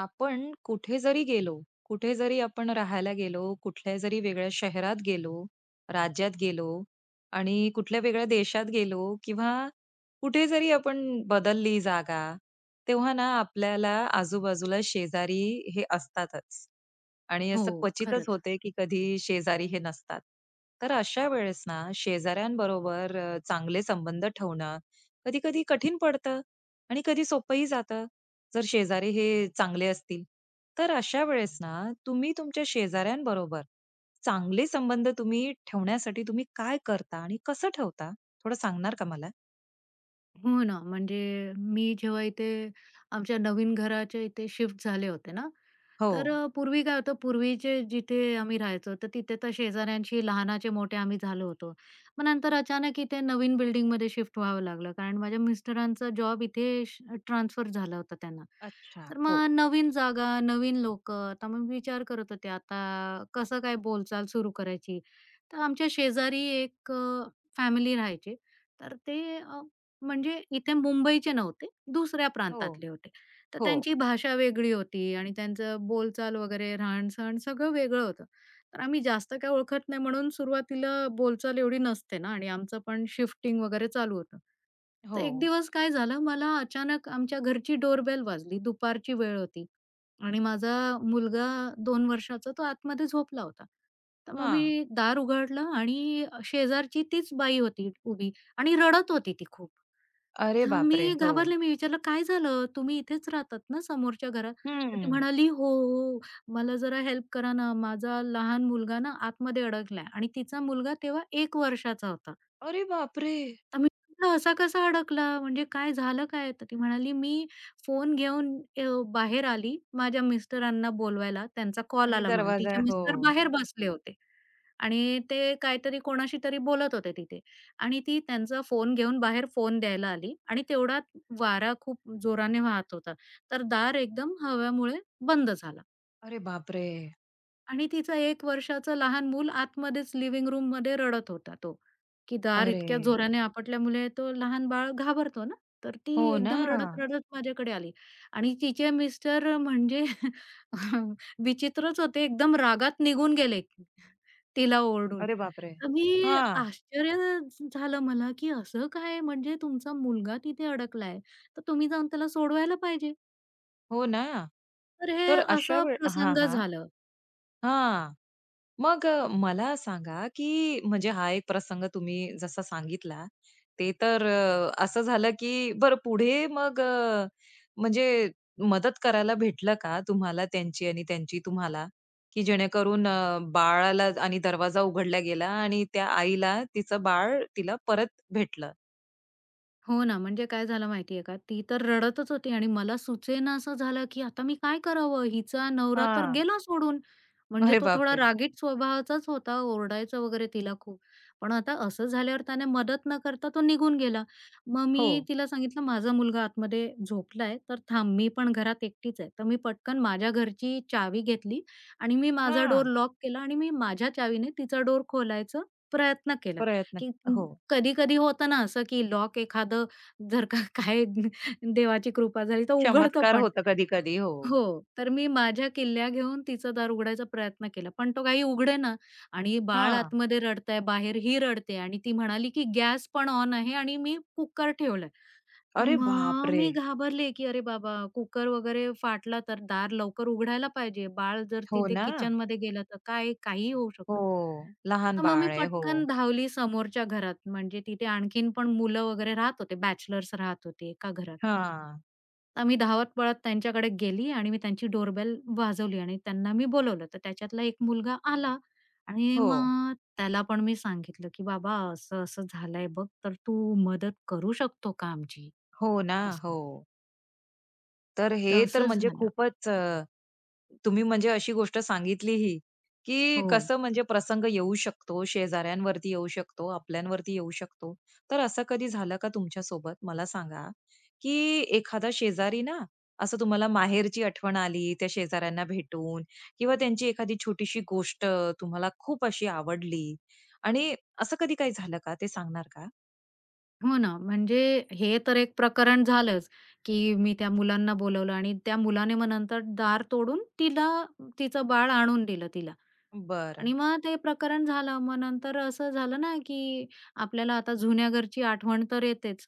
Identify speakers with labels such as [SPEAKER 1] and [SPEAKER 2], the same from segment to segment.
[SPEAKER 1] आपण कुठे जरी गेलो, कुठे जरी आपण राहायला गेलो, कुठल्या जरी वेगळ्या शहरात गेलो, राज्यात गेलो आणि कुठल्या वेगळ्या देशात गेलो किंवा कुठे जरी आपण बदलली जागा, तेव्हा ना आपल्याला आजूबाजूला शेजारी हे असतातच. आणि
[SPEAKER 2] हो,
[SPEAKER 1] असं क्वचितच
[SPEAKER 2] खरंच.
[SPEAKER 1] होते, की कधी शेजारी हे नसतात. तर अशा वेळेस ना शेजाऱ्यांबरोबर चांगले संबंध ठेवणं कधी-कधी कठीण पडतं आणि कधी सोपंही जातं, जर शेजारी हे चांगले असतील. तर अशा वेळेस ना तुम्ही तुमच्या शेजाऱ्यांबरोबर चांगले संबंध तुम्ही ठेवण्यासाठी तुम्ही काय करता आणि कसं ठेवता? थोडं सांगणार का मला?
[SPEAKER 2] हो ना, म्हणजे मी जेव्हा इथे आमच्या नवीन घराच्या इथे शिफ्ट झाले होते ना,
[SPEAKER 1] हो.
[SPEAKER 2] तर पूर्वी काय होतं, पूर्वीचे जिथे आम्ही राहायचो, तर तिथे तर शेजाऱ्यांशी लहानाचे-मोठे आम्ही झालो होतो. मग नंतर अचानक इथे नवीन बिल्डिंगमध्ये शिफ्ट व्हावं लागलं, कारण माझ्या मिस्टरांचा जॉब इथे ट्रान्सफर झाला होता त्यांना.
[SPEAKER 1] अच्छा.
[SPEAKER 2] तर
[SPEAKER 1] हो.
[SPEAKER 2] मग नवीन जागा, नवीन लोकं. तर मग विचार करत होते, आता कसं काय बोलचाल सुरू करायची. तर आमच्या शेजारी एक फॅमिली राहायची. तर म्हणजे इथे मुंबईचे नव्हते, दुसऱ्या
[SPEAKER 1] हो.
[SPEAKER 2] प्रांतातले होते. तर
[SPEAKER 1] हो.
[SPEAKER 2] त्यांची भाषा वेगळी होती आणि त्यांचं बोलचाल वगैरे, राहणसहाण सगळं वेगळं होतं. तर आम्ही जास्त काही ओळखत नाही म्हणून सुरुवातीला बोलचाल एवढी नसते ना आणि आमचं पण शिफ्टिंग वगैरे चालू होतं.
[SPEAKER 1] हो.
[SPEAKER 2] तर एक दिवस काय झालं, मला अचानक आमच्या घरची डोरबेल वाजली. दुपारची वेळ होती आणि माझा मुलगा 2 वर्षाचा तो आतमध्ये झोपला होता. तर मग
[SPEAKER 1] हां.
[SPEAKER 2] मी दार उघडलं आणि शेजारची तीच बाई होती उभी आणि रडत होती ती खूप.
[SPEAKER 1] अरे
[SPEAKER 2] हां,
[SPEAKER 1] बापरे!
[SPEAKER 2] मी
[SPEAKER 1] हो.
[SPEAKER 2] घाबरले. मी विचारलं, "काय झालं? तुम्ही इथेच राहतात ना समोरच्या घरात?" तर ती
[SPEAKER 1] हं.
[SPEAKER 2] म्हणाली, "हो, हो, हो. मला जरा हेल्प करा ना. माझा लहान मुलगा ना आतमध्ये अडकलाय" आणि तिचा मुलगा तेव्हा एक वर्षाचा होता.
[SPEAKER 1] अरे बापरे!
[SPEAKER 2] तर मी म्हटलं, "असा कसा अडकला? म्हणजे काय झालं काय?" तर ती म्हणाली, "मी फोन घेऊन अ, बाहेर आली माझ्या मिस्टरांना बोलवायला. त्यांचा कॉल
[SPEAKER 1] आणि
[SPEAKER 2] आला म्हणून."
[SPEAKER 1] दरवाजा
[SPEAKER 2] तिचे
[SPEAKER 1] हो.
[SPEAKER 2] मिस्टर बाहेर बसले होते आणि ते काहीतरी कोणाशी तरी बोलत होते तिथे आणि ती त्यांचा फोन घेऊन बाहेर फोन द्यायला आली आणि तेवढात वारा खूप जोराने वाहत होता. तर दार एकदम हवेमुळे बंद झालं.
[SPEAKER 1] अरे बापरे!
[SPEAKER 2] आणि तिचं एक वर्षाचं लहान मूल आतमध्येच लिव्हिंग रूममध्ये रडत होता तो, की दार
[SPEAKER 1] अरे!
[SPEAKER 2] इतक्या जोराने आपटल्यामुळे तो लहान बाळ घाबरतो ना, तर ती
[SPEAKER 1] हो ना.
[SPEAKER 2] एकदम रडत बरोबर. रडत-रडत माझ्याकडे आली आणि तिचे मिस्टर म्हणजे विचित्रच होते, एकदम रागात निघून गेले तिला ओरडून.
[SPEAKER 1] अरे बापरे!
[SPEAKER 2] तर मी
[SPEAKER 1] हां.
[SPEAKER 2] आश्चर्य झालं मला, की असं काय म्हणजे तुमचा मुलगा तिथे अडकलाय, तर तुम्ही जाऊन त्याला सोडवायला पाहिजे.
[SPEAKER 1] हो ना.
[SPEAKER 2] तर हे
[SPEAKER 1] तर अशा
[SPEAKER 2] असं
[SPEAKER 1] वेळ हां,
[SPEAKER 2] प्रसंग
[SPEAKER 1] हां.
[SPEAKER 2] झाला.
[SPEAKER 1] हां. मग मला सांगा, की म्हणजे हा एक प्रसंग तुम्ही जसा सांगितला, ते तर असं झालं, की बरं पुढे मग म्हणजे मदत करायला भेटलं का तुम्हाला त्यांची आणि त्यांची तुम्हाला? की जेणेकरून बाळाला आणि दरवाजा उघडला गेला आणि त्या आईला तिचं बाळ तिला परत भेटलं?
[SPEAKER 2] हो ना, म्हणजे काय झालं माहितीये का, ती तर रडतच होती आणि मला सुचेना असं झालं, की आता मी काय करावं? हिचा नवरा तर
[SPEAKER 1] हां.
[SPEAKER 2] गेला सोडून. म्हणजे
[SPEAKER 1] अरे
[SPEAKER 2] तो थोडा
[SPEAKER 1] बापरे!
[SPEAKER 2] रागीट स्वभावाचाच होता, ओरडायचा वगैरे तिला खूप. पण आता असं झाल्यावर त्याने मदत न करता तो निघून गेला. मग
[SPEAKER 1] हो.
[SPEAKER 2] मी तिला सांगितलं, "माझा मुलगा आतमध्ये झोपलाय, तर थांब मी पण घरात एकटीच आहे." तर मी पटकन माझ्या घरची चावी घेतली आणि मी माझा डोर
[SPEAKER 1] हां.
[SPEAKER 2] लॉक केला आणि मी माझ्या चावीने तिचा डोर खोलायचा प्रयत्न केला.
[SPEAKER 1] प्रयत्न
[SPEAKER 2] की
[SPEAKER 1] हो.
[SPEAKER 2] कधी-कधी होतं ना असं, की लॉक एखादं जर का काय देवाची कृपा झाली तर उघडतं
[SPEAKER 1] चमत्कार
[SPEAKER 2] पण.
[SPEAKER 1] होतं कधी-कधी. हो.
[SPEAKER 2] हो, तर मी माझ्या किल्ल्या घेऊन तिचं दार उघडायचा प्रयत्न केला, पण तो काही उघडेना आणि बाळ
[SPEAKER 1] हां.
[SPEAKER 2] आतमध्ये रडतंय, बाहेर ही रडते आणि ती म्हणाली, की "गॅस पण ऑन आहे" आणि मी कुकर ठेवला.
[SPEAKER 1] अरे
[SPEAKER 2] मग
[SPEAKER 1] बापरे!
[SPEAKER 2] मी घाबरले, की अरे बाबा कुकर वगैरे फाटला तर दार लवकर उघडायला पाहिजे. बाळ जर
[SPEAKER 1] हो
[SPEAKER 2] तिथे
[SPEAKER 1] ना.
[SPEAKER 2] किचनमध्ये गेलं तर काय काहीही होऊ
[SPEAKER 1] हो.
[SPEAKER 2] शकतं.
[SPEAKER 1] लहान
[SPEAKER 2] तर मग मी
[SPEAKER 1] बाळ आहे. हो.
[SPEAKER 2] पटकन धावली समोरच्या घरात. म्हणजे तिथे आणखीन पण मुलं वगैरे राहत होते, बॅचलर्स राहत होते एका घरात.
[SPEAKER 1] हां.
[SPEAKER 2] तर मी धावत-पळत त्यांच्याकडे गेली आणि मी त्यांची डोरबेल वाजवली आणि त्यांना मी बोलावलं. तर त्याच्यातला एक मुलगा आला आणि
[SPEAKER 1] हो.
[SPEAKER 2] मग त्याला पण मी सांगितलं, की "बाबा असं-असं झालंय बघ, तर तू मदत करू शकतो का आमची?"
[SPEAKER 1] हो ना. हो.
[SPEAKER 2] असं.
[SPEAKER 1] तर हे तर
[SPEAKER 2] तसं
[SPEAKER 1] म्हणजे
[SPEAKER 2] झालं.
[SPEAKER 1] खूपच तुम्ही म्हणजे अशी गोष्ट सांगितली ही, की
[SPEAKER 2] हो.
[SPEAKER 1] कसं म्हणजे प्रसंग येऊ शकतो, शेजाऱ्यांवरती येऊ शकतो, आपल्यांवरती येऊ शकतो. तर असं कधी झालं का तुमच्यासोबत? मला सांगा, की एखादा शेजारी ना, असं तुम्हाला माहेरची आठवण आली त्या शेजाऱ्यांना भेटून किंवा त्यांची एखादी छोटीशी गोष्ट तुम्हाला खूप अशी आवडली आणि असं कधी काही झालं का? ते सांगणार का?
[SPEAKER 2] हो ना. म्हणजे हे तर एक प्रकरण झालंच, की मी त्या मुलांना बोलावलं आणि त्या मुलाने मग नंतर दार तोडून तिला तिचं बाळ आणून दिलं तिला.
[SPEAKER 1] बर,
[SPEAKER 2] आणि मग ते प्रकरण झालं. मग नंतर असं झालं ना, की आपल्याला आता जुन्या घरची आठवण तर येतेच.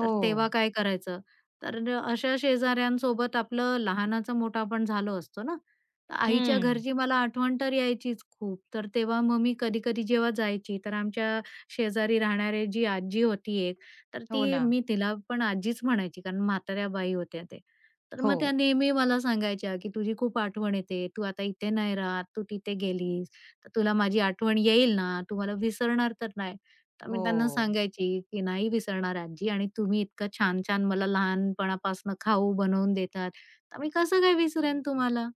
[SPEAKER 2] तर तेव्हा काय करायचं? तर अशा शेजाऱ्यांसोबत आपलं लहानाचा मोठा आपण झालो असतो ना, तर आईच्या
[SPEAKER 1] हं.
[SPEAKER 2] घरची मला आठवण तर यायचीच खूप. तर तेव्हा मग मी कधी-कधी जेव्हा जायची, तर आमच्या शेजारी राहणारी जी आजी होती एक, तर
[SPEAKER 1] हो
[SPEAKER 2] ती
[SPEAKER 1] ना.
[SPEAKER 2] मी तिला पण आजीच म्हणायची, कारण म्हाताऱ्या बाई होत्या ते. तर मग
[SPEAKER 1] हो.
[SPEAKER 2] त्या नेहमी मला सांगायच्या, की "तुझी खूप आठवण येते. तू आता इथे नाही राहत, तू तिथे गेलीस." तर तुला माझी आठवण येईल ना, तू मला विसरणार तर नाही. तर मी
[SPEAKER 1] हो.
[SPEAKER 2] त्यांना सांगायची, की "नाही विसरणार आजी आणि तुम्ही इतकं छान-छान मला लहानपणापासून खाऊ बनवून देतात, तर मी कसं काय विसरेन तुम्हाला?"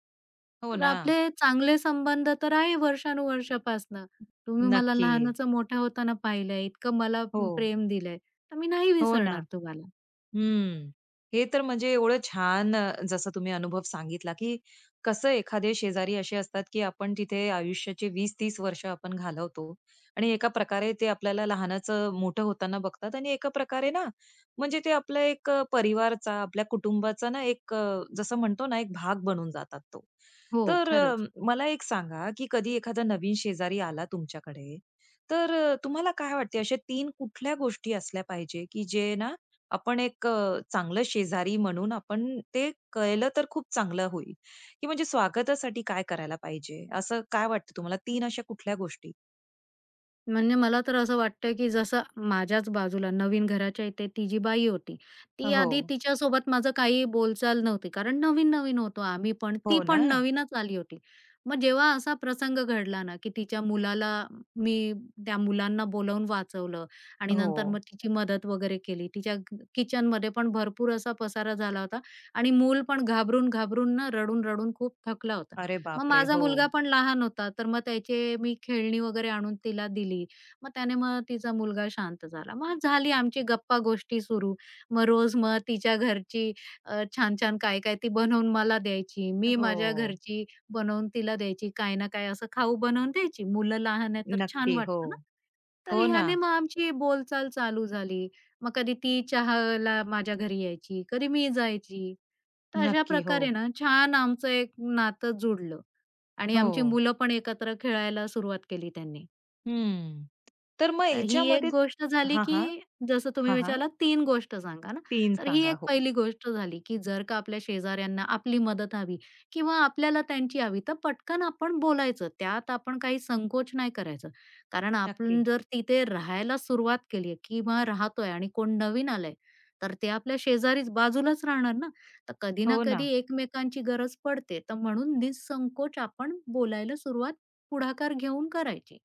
[SPEAKER 1] हो
[SPEAKER 2] तर
[SPEAKER 1] ना.
[SPEAKER 2] आपले चांगले संबंध तर आहे वर्षानुवर्षापासनं. तुम्ही मला
[SPEAKER 1] नक्की.
[SPEAKER 2] लहानाचं मोठं होताना पाहिलंय, इतकं मला
[SPEAKER 1] हो.
[SPEAKER 2] प्रेम दिलंय, तर मी नाही
[SPEAKER 1] हो ना.
[SPEAKER 2] विसरणार तुम्हाला.
[SPEAKER 1] हम्म. हे तर म्हणजे एवढं छान जसं तुम्ही अनुभव सांगितला, की कसं एखादे शेजारी असे असतात, की आपण तिथे आयुष्याचे 20-30 वर्ष आपण घालवतो आणि एका प्रकारे ते आपल्याला लहानाचं मोठं होताना बघतात आणि एका प्रकारे ना, म्हणजे ते आपला एक परिवारचा, आपल्या कुटुंबाचा ना एक जसं म्हणतो ना, एक भाग बनून जातात तो.
[SPEAKER 2] हो,
[SPEAKER 1] तर
[SPEAKER 2] खरंच.
[SPEAKER 1] मला एक सांगा, की कधी एखादा नवीन शेजारी आला तुमच्याकडे, तर तुम्हाला काय वाटते अशा 3 कुठल्या गोष्टी असल्या पाहिजे, की जे ना आपण एक चांगलं शेजारी म्हणून आपण ते कळलं तर खूप चांगलं होईल, की म्हणजे स्वागतासाठी काय करायला पाहिजे? असं काय वाटतं तुम्हाला तीन अशा कुठल्या गोष्टी?
[SPEAKER 2] म्हणजे मला तर असं वाटतं, की जसं माझ्याच बाजूला नवीन घराच्या इथे ती जी बाई होती, ती
[SPEAKER 1] हो.
[SPEAKER 2] आधी तिच्यासोबत माझं काही बोलचाल नव्हती. कारण नवीन-नवीन होतो आम्ही पण, ती
[SPEAKER 1] हो ना?
[SPEAKER 2] पण नवीनच आली होती. मग जेव्हा असा प्रसंग घडला ना, की तिच्या मुलाला मी त्या मुलांना बोलावून वाचवलं आणि
[SPEAKER 1] हो.
[SPEAKER 2] नंतर मग तिची मदत वगैरे केली. तिच्या किचनमध्ये पण भरपूर असा पसारा झाला होता आणि मूल पण घाबरून-घाबरून ना, रडून-रडून खूप थकला होता.
[SPEAKER 1] अरे
[SPEAKER 2] मग
[SPEAKER 1] बापरे!
[SPEAKER 2] माझा
[SPEAKER 1] हो.
[SPEAKER 2] मुलगा पण लहान होता, तर मग त्याचे मी खेळणी वगैरे आणून तिला दिली. मग त्याने मग तिचा मुलगा शांत झाला. मग झाली आमची गप्पा-गोष्टी सुरू. मग रोज मग तिच्या घरची छान-छान काय-काय ती बनवून मला द्यायची. मी
[SPEAKER 1] हो.
[SPEAKER 2] माझ्या घरची बनवून तिला द्यायची. काही ना काही असं खाऊ बनवून द्यायची. मुलं लहान आहेत तर छान
[SPEAKER 1] नक्की. हो.
[SPEAKER 2] वाटतं ना. तर
[SPEAKER 1] हो ना.
[SPEAKER 2] ह्याने मग आमची बोलचाल चालू झाली. मग कधी ती चहाला माझ्या घरी यायची, कधी मी जायची. तर अशा
[SPEAKER 1] नक्की. हो.
[SPEAKER 2] प्रकारे ना छान आमचं एक नातं जुडलं. आणि
[SPEAKER 1] हो.
[SPEAKER 2] आमची मुलं पण एकत्र खेळायला सुरुवात केली त्यांनी.
[SPEAKER 1] हं. तर मग
[SPEAKER 2] तर ही एक
[SPEAKER 1] ह्याच्यामध्ये
[SPEAKER 2] गोष्ट झाली,
[SPEAKER 1] हां, हां.
[SPEAKER 2] की जसं तुम्ही
[SPEAKER 1] हां, हां.
[SPEAKER 2] विचारलात 3 गोष्ट सांगा ना.
[SPEAKER 1] 3
[SPEAKER 2] तर ही
[SPEAKER 1] सांगा.
[SPEAKER 2] एक
[SPEAKER 1] हो.
[SPEAKER 2] पहिली गोष्ट झाली, की जर का आपल्या शेजाऱ्यांना आपली मदत हवी किंवा आपल्याला त्यांची हवी, तर पटकन आपण बोलायचं. त्यात आपण काही संकोच नाही करायचं. कारण
[SPEAKER 1] नक्की.
[SPEAKER 2] आपण जर तिथे राहायला सुरुवात केली किंवा राहतोय आणि कोण नवीन आलंय, तर ते आपल्या शेजारीच बाजूलाच राहणार ना. तर कधी ना
[SPEAKER 1] हो ना.
[SPEAKER 2] कधी एकमेकांची गरज पडते. तर म्हणून निःसंकोच आपण बोलायला सुरुवात पुढाकार घेऊन करायची.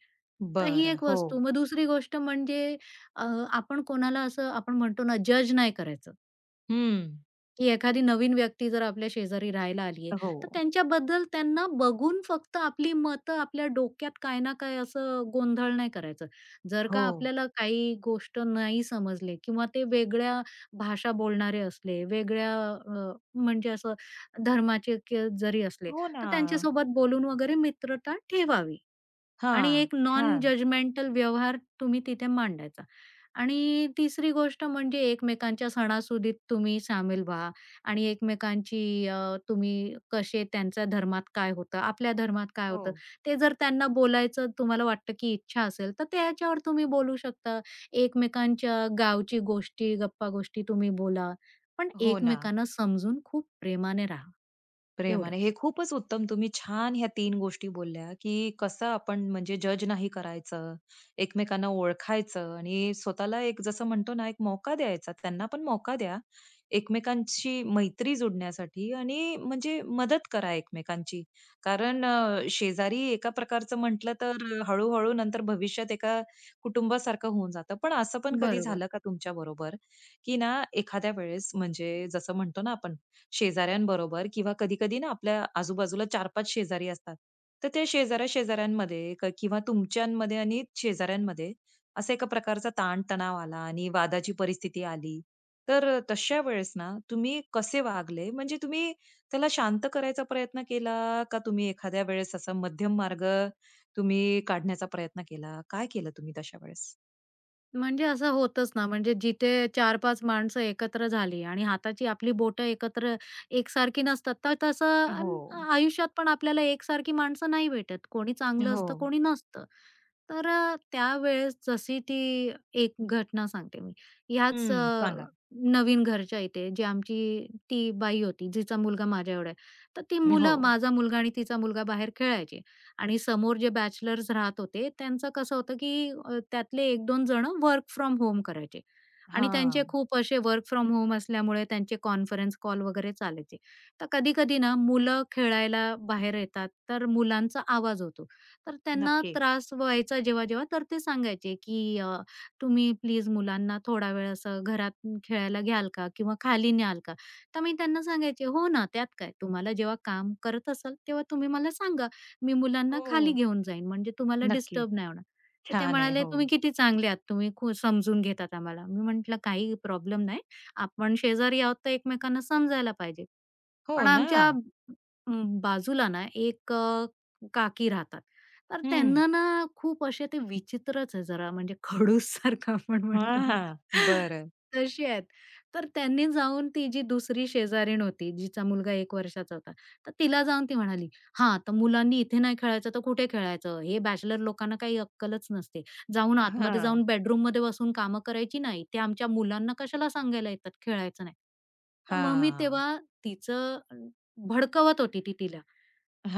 [SPEAKER 2] तर ही
[SPEAKER 1] बरं.
[SPEAKER 2] एक
[SPEAKER 1] हो.
[SPEAKER 2] वस्तू. मग दुसरी गोष्ट म्हणजे अ, आपण कोणाला असं आपण म्हणतो ना, जज नाही करायचं,
[SPEAKER 1] हं.
[SPEAKER 2] की एखादी नवीन व्यक्ती जर आपल्या शेजारी राहायला आली आहे,
[SPEAKER 1] हो.
[SPEAKER 2] तर त्यांच्याबद्दल त्यांना बघून फक्त आपली मतं आपल्या डोक्यात काय ना काय असं गोंधळ नाही करायचं. जर का
[SPEAKER 1] हो.
[SPEAKER 2] आपल्याला काही गोष्ट नाही समजली किंवा ते वेगळ्या भाषा बोलणारे असले, म्हणजे असं धर्माचे क जरी असले,
[SPEAKER 1] हो ना.
[SPEAKER 2] तर त्यांच्यासोबत बोलून वगैरे मित्रता ठेवावी.
[SPEAKER 1] हा,
[SPEAKER 2] आणि एक नॉन
[SPEAKER 1] छान.
[SPEAKER 2] जजमेंटल व्यवहार तुम्ही तिथे मांडायचा. आणि तिसरी गोष्ट म्हणजे एकमेकांच्या सणासुदीत तुम्ही सामील व्हा आणि एकमेकांची अ, तुम्ही कसे त्यांच्या धर्मात काय होतं, आपल्या धर्मात काय
[SPEAKER 1] हो.
[SPEAKER 2] होतं, ते जर त्यांना बोलायचं तुम्हाला वाटतं की इच्छा असेल, तर त्याच्यावर तुम्ही बोलू शकता. एकमेकांच्या गावची गोष्टी, गप्पा-गोष्टी तुम्ही बोला. पण
[SPEAKER 1] हो ना.
[SPEAKER 2] एकमेकांना समजून खूप प्रेमाने राहा,
[SPEAKER 1] प्रेमाने. हे
[SPEAKER 2] एवढंच.
[SPEAKER 1] खूपच उत्तम तुम्ही छान ह्या तीन गोष्टी बोलल्या, की कसं आपण म्हणजे जज नाही करायचं, एकमेकांना ओळखायचं आणि स्वतःला एक जसं म्हणतो ना, एक मौका द्यायचा. त्यांना पण मौका द्या. एकमेकांशी मैत्री जोडण्यासाठी आणि म्हणजे मदत करा एकमेकांची. कारण शेजारी एका प्रकारचं म्हटलं तर नंतर भविष्यात एका कुटुंबासारखं होऊन जातं. पण असं पण कधी
[SPEAKER 2] बरोबर.
[SPEAKER 1] झालं का तुमच्याबरोबर, की ना एखाद्या वेळेस म्हणजे जसं म्हणतो ना आपण शेजाऱ्यांबरोबर किंवा कधी-कधी ना आपल्या आजूबाजूला 4-5 शेजारी असतात. तर त्या शेजाऱ्या-शेजाऱ्यांमध्ये किंवा तुमच्यांमध्ये आणि शेजाऱ्यांमध्ये असा एका प्रकारचा ताण-तणाव आला आणि वादाची परिस्थिती आली. तर तशा वेळेस ना तुम्ही कसे वागले? म्हणजे तुम्ही त्याला शांत करायचा प्रयत्न केला का तुम्ही एखाद्या वेळेस असा मध्यम मार्ग तुम्ही काढण्याचा प्रयत्न केला? काय केलं तुम्ही तशा वेळेस?
[SPEAKER 2] म्हणजे असं होतच ना, म्हणजे जिथे 4-5 माणसं एकत्र झाली आणि हाताची आपली बोटं एकत्र एकसारखी नसतात, तर तसं
[SPEAKER 1] हो.
[SPEAKER 2] अन आयुष्यात पण आपल्याला एकसारखी माणसं नाही भेटत. कोणी चांगलं
[SPEAKER 1] हो.
[SPEAKER 2] असतं, कोणी नसतं. तर त्यावेळेस जशी ती एक घटना सांगते मी. ह्याच
[SPEAKER 1] हं,
[SPEAKER 2] अ,
[SPEAKER 1] सांगा.
[SPEAKER 2] नवीन घरच्या इथे जी आमची ती बाई होती, जिचा मुलगा माझ्या एवढा आहे. तर ती
[SPEAKER 1] हो.
[SPEAKER 2] मुलं माझा मुलगा आणि तिचा मुलगा बाहेर खेळायचे. आणि समोर जे बॅचलर्स राहत होते त्यांचं कसं होतं, की त्यातले 1-2 जण वर्क फ्रॉम होम करायचे आणि त्यांचे
[SPEAKER 1] हां.
[SPEAKER 2] खूप असे वर्क फ्रॉम होम असल्यामुळे त्यांचे कॉन्फरन्स कॉल वगैरे चालायचे. तर कधी-कधी ना मुलं खेळायला बाहेर येतात, तर मुलांचा आवाज होतो. तर त्यांना
[SPEAKER 1] नक्की.
[SPEAKER 2] त्रास व्हायचा जेव्हा-जेव्हा तर ते सांगायचे, की "तुम्ही प्लीज मुलांना थोडा वेळ असं घरात खेळायला घ्याल का? किंवा खाली न्याल का?" तर मी त्यांना सांगायचे, "हो ना, त्यात काय? तुम्हाला जेव्हा काम करत असाल, तेव्हा तुम्ही मला सांगा." मी मुलांना खाली
[SPEAKER 1] हो.
[SPEAKER 2] घेऊन जाईन म्हणजे तुम्हाला
[SPEAKER 1] नक्की.
[SPEAKER 2] डिस्टर्ब नाही होणार. तर ते
[SPEAKER 1] छान आहे.
[SPEAKER 2] म्हणाले,
[SPEAKER 1] हो.
[SPEAKER 2] "तुम्ही किती चांगले आहात. तुम्ही खूप समजून घेतात आम्हाला." मी म्हटलं, "काही प्रॉब्लेम नाही. आपण शेजारी आहोत तर एकमेकांना समजायला पाहिजे."
[SPEAKER 1] हो
[SPEAKER 2] पण
[SPEAKER 1] ना.
[SPEAKER 2] आमच्या बाजूला ना एक काकी राहतात. तर
[SPEAKER 1] हं.
[SPEAKER 2] त्यांना ना खूप असे ते विचित्रच आहे जरा म्हणजे खडूस सारखं आपण म्हणतो ना,
[SPEAKER 1] हां, बर, बरं.
[SPEAKER 2] तशी आहेत. तर त्यांनी जाऊन ती जी दुसरी शेजारीण होती, जिचा मुलगा एक वर्षाचा होता, तर तिला जाऊन ती म्हणाली, "हां, तर मुलांनी इथे नाही खेळायचं तर कुठे खेळायचं? हे बॅचलर लोकांना काही अक्कलच नसते. जाऊन आतमध्ये
[SPEAKER 1] हां.
[SPEAKER 2] जाऊन बेडरूममध्ये बसून कामं करायची नाही. ते आमच्या मुलांना कशाला सांगायला येतात खेळायचं नाही." तर मग मी
[SPEAKER 1] हां.
[SPEAKER 2] तेव्हा तिचं अ, भडकवत होती ती तिला.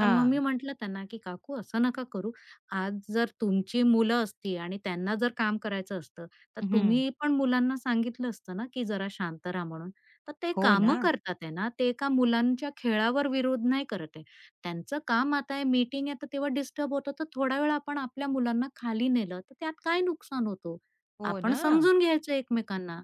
[SPEAKER 2] तर मग मी म्हटलं त्यांना, की "काकू असं नका करू. आज जर तुमची मुलं असती आणि त्यांना जर काम करायचं असतं, तर तुम्ही पण मुलांना सांगितलं असतं ना, की जरा शांत राहा म्हणून. तर ते
[SPEAKER 1] हो ना.
[SPEAKER 2] कामं करतात आहे ना, ते एका मुलांच्या खेळावर विरोध नाही करत आहे. त्यांचं काम आता आहे, मीटिंग आहे, तर तेव्हा डिस्टर्ब होतं. तर थोडा वेळ आपण आपल्या मुलांना खाली नेलं, तर त्यात काय नुकसान होतो?
[SPEAKER 1] हो
[SPEAKER 2] आपण
[SPEAKER 1] ना.
[SPEAKER 2] समजून घ्यायचं एकमेकांना."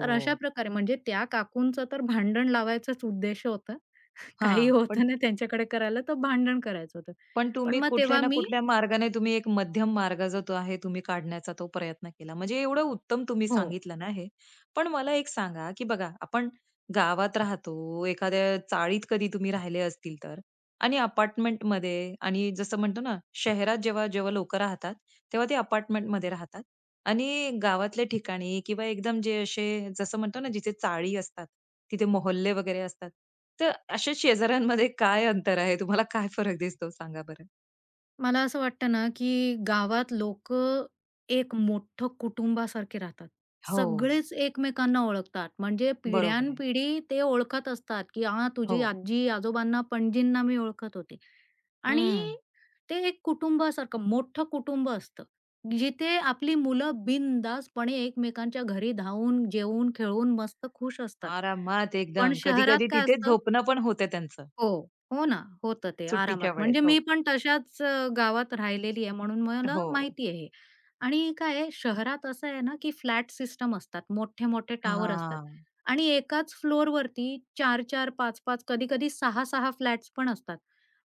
[SPEAKER 2] तर अशा प्रकारे म्हणजे त्या काकूंचं तर भांडण लावायचाच उद्देश होता. काही
[SPEAKER 1] हां.
[SPEAKER 2] होतं ना त्यांच्याकडे करायला, तर भांडण करायचं होतं.
[SPEAKER 1] पण
[SPEAKER 2] पण
[SPEAKER 1] तुम्ही
[SPEAKER 2] मग
[SPEAKER 1] कुठल्या
[SPEAKER 2] तेव्हा
[SPEAKER 1] ना
[SPEAKER 2] मी
[SPEAKER 1] कुठल्या मार्गाने तुम्ही एक मध्यम मार्ग जो तो आहे तुम्ही काढण्याचा तो प्रयत्न केला. म्हणजे एवढं उत्तम तुम्ही
[SPEAKER 2] हो.
[SPEAKER 1] सांगितलं ना हे. पण मला एक सांगा, की बघा आपण गावात राहतो, एखाद्या चाळीत कधी तुम्ही राहिले असतील तर आणि अपार्टमेंटमध्ये आणि जसं म्हणतो ना, शहरात जेव्हा-जेव्हा लोकं राहतात, तेव्हा ते अपार्टमेंटमध्ये राहतात आणि गावातल्या ठिकाणी किंवा एकदम जे असे जसं म्हणतो ना, जिथे चाळी असतात, तिथे मोहल्ले वगैरे असतात. तर अशा शेजाऱ्यांमध्ये काय अंतर आहे? तुम्हाला काय फरक दिसतो सांगा बरं?
[SPEAKER 2] मला असं वाटतं ना, की गावात लोक एक मोठं कुटुंबासारखे राहतात.
[SPEAKER 1] हो.
[SPEAKER 2] सगळेच एकमेकांना ओळखतात. म्हणजे
[SPEAKER 1] बरोबर आहे.
[SPEAKER 2] पिढ्यानपिढी ते ओळखत असतात, की हां,
[SPEAKER 1] हो.
[SPEAKER 2] तुझी आजी-आजोबांना, पणजींना मी ओळखत होते. आणि
[SPEAKER 1] हं.
[SPEAKER 2] ते एक कुटुंबासारखं मोठं कुटुंब असतं, जिथे आपली मुलं बिनधास्तपणे एकमेकांच्या घरी धावून, जेवून, खेळून मस्त खुश असतात.
[SPEAKER 1] आरामात
[SPEAKER 2] पण
[SPEAKER 1] एकदम.
[SPEAKER 2] शहरात
[SPEAKER 1] कधी-कधी
[SPEAKER 2] काय
[SPEAKER 1] तिथेच
[SPEAKER 2] असतं
[SPEAKER 1] झोपणं पण होते त्यांचं
[SPEAKER 2] हो, हो ना. होतं ते आरामात.
[SPEAKER 1] सुट्टीच्या वेळेस.
[SPEAKER 2] म्हणजे
[SPEAKER 1] हो.
[SPEAKER 2] मी पण तशाच गावात राहिलेली आहे म्हणून मला
[SPEAKER 1] हो.
[SPEAKER 2] माहिती आहे. आणि काय आहे शहरात असं आहे ना, की फ्लॅट सिस्टम असतात. मोठे-मोठे टावर असतात
[SPEAKER 1] हां.
[SPEAKER 2] आणि एकाच फ्लोरवरती चार-चार पाच-पाच, कधी-कधी सहा 6 फ्लॅट्स पण असतात.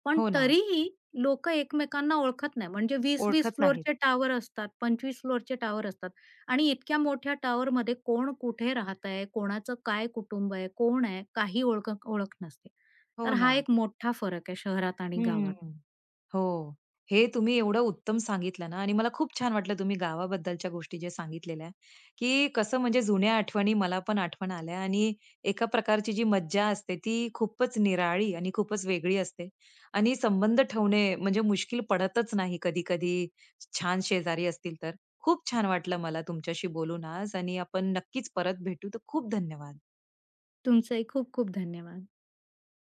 [SPEAKER 2] पण
[SPEAKER 1] हो ना.
[SPEAKER 2] तरीही लोकं एकमेकांना ओळखत नाही. म्हणजे 20-20
[SPEAKER 1] ओळखत नाहीत.
[SPEAKER 2] फ्लोरचे टॉवर असतात, 25 फ्लोरचे टॉवर असतात आणि इतक्या मोठ्या टॉवरमध्ये कोण कुठे राहत आहे, कोणाचं काय कुटुंब आहे, कोण आहे, काही ओळख ओळख नसते.
[SPEAKER 1] हो
[SPEAKER 2] तर
[SPEAKER 1] ना.
[SPEAKER 2] हा एक मोठा फरक आहे शहरात आणि गावात.
[SPEAKER 1] हं. हो. हे तुम्ही एवढं उत्तम सांगितलं ना आणि मला खूप छान वाटलं तुम्ही गावाबद्दलच्या गोष्टी जे सांगितलेल्या, की कसं म्हणजे जुन्या आठवणी मला पण आठवण आल्या आणि एका प्रकारची जी मज्जा असते ती खूपच निराळी आणि खूपच वेगळी असते आणि संबंध ठेवणे म्हणजे मुश्कील पडतच नाही कधी-कधी छान शेजारी असतील तर. खूप छान वाटलं मला तुमच्याशी बोलून आज आणि आपण नक्कीच परत भेटू. तर खूप धन्यवाद.
[SPEAKER 2] तुमचंही खूप खूप धन्यवाद.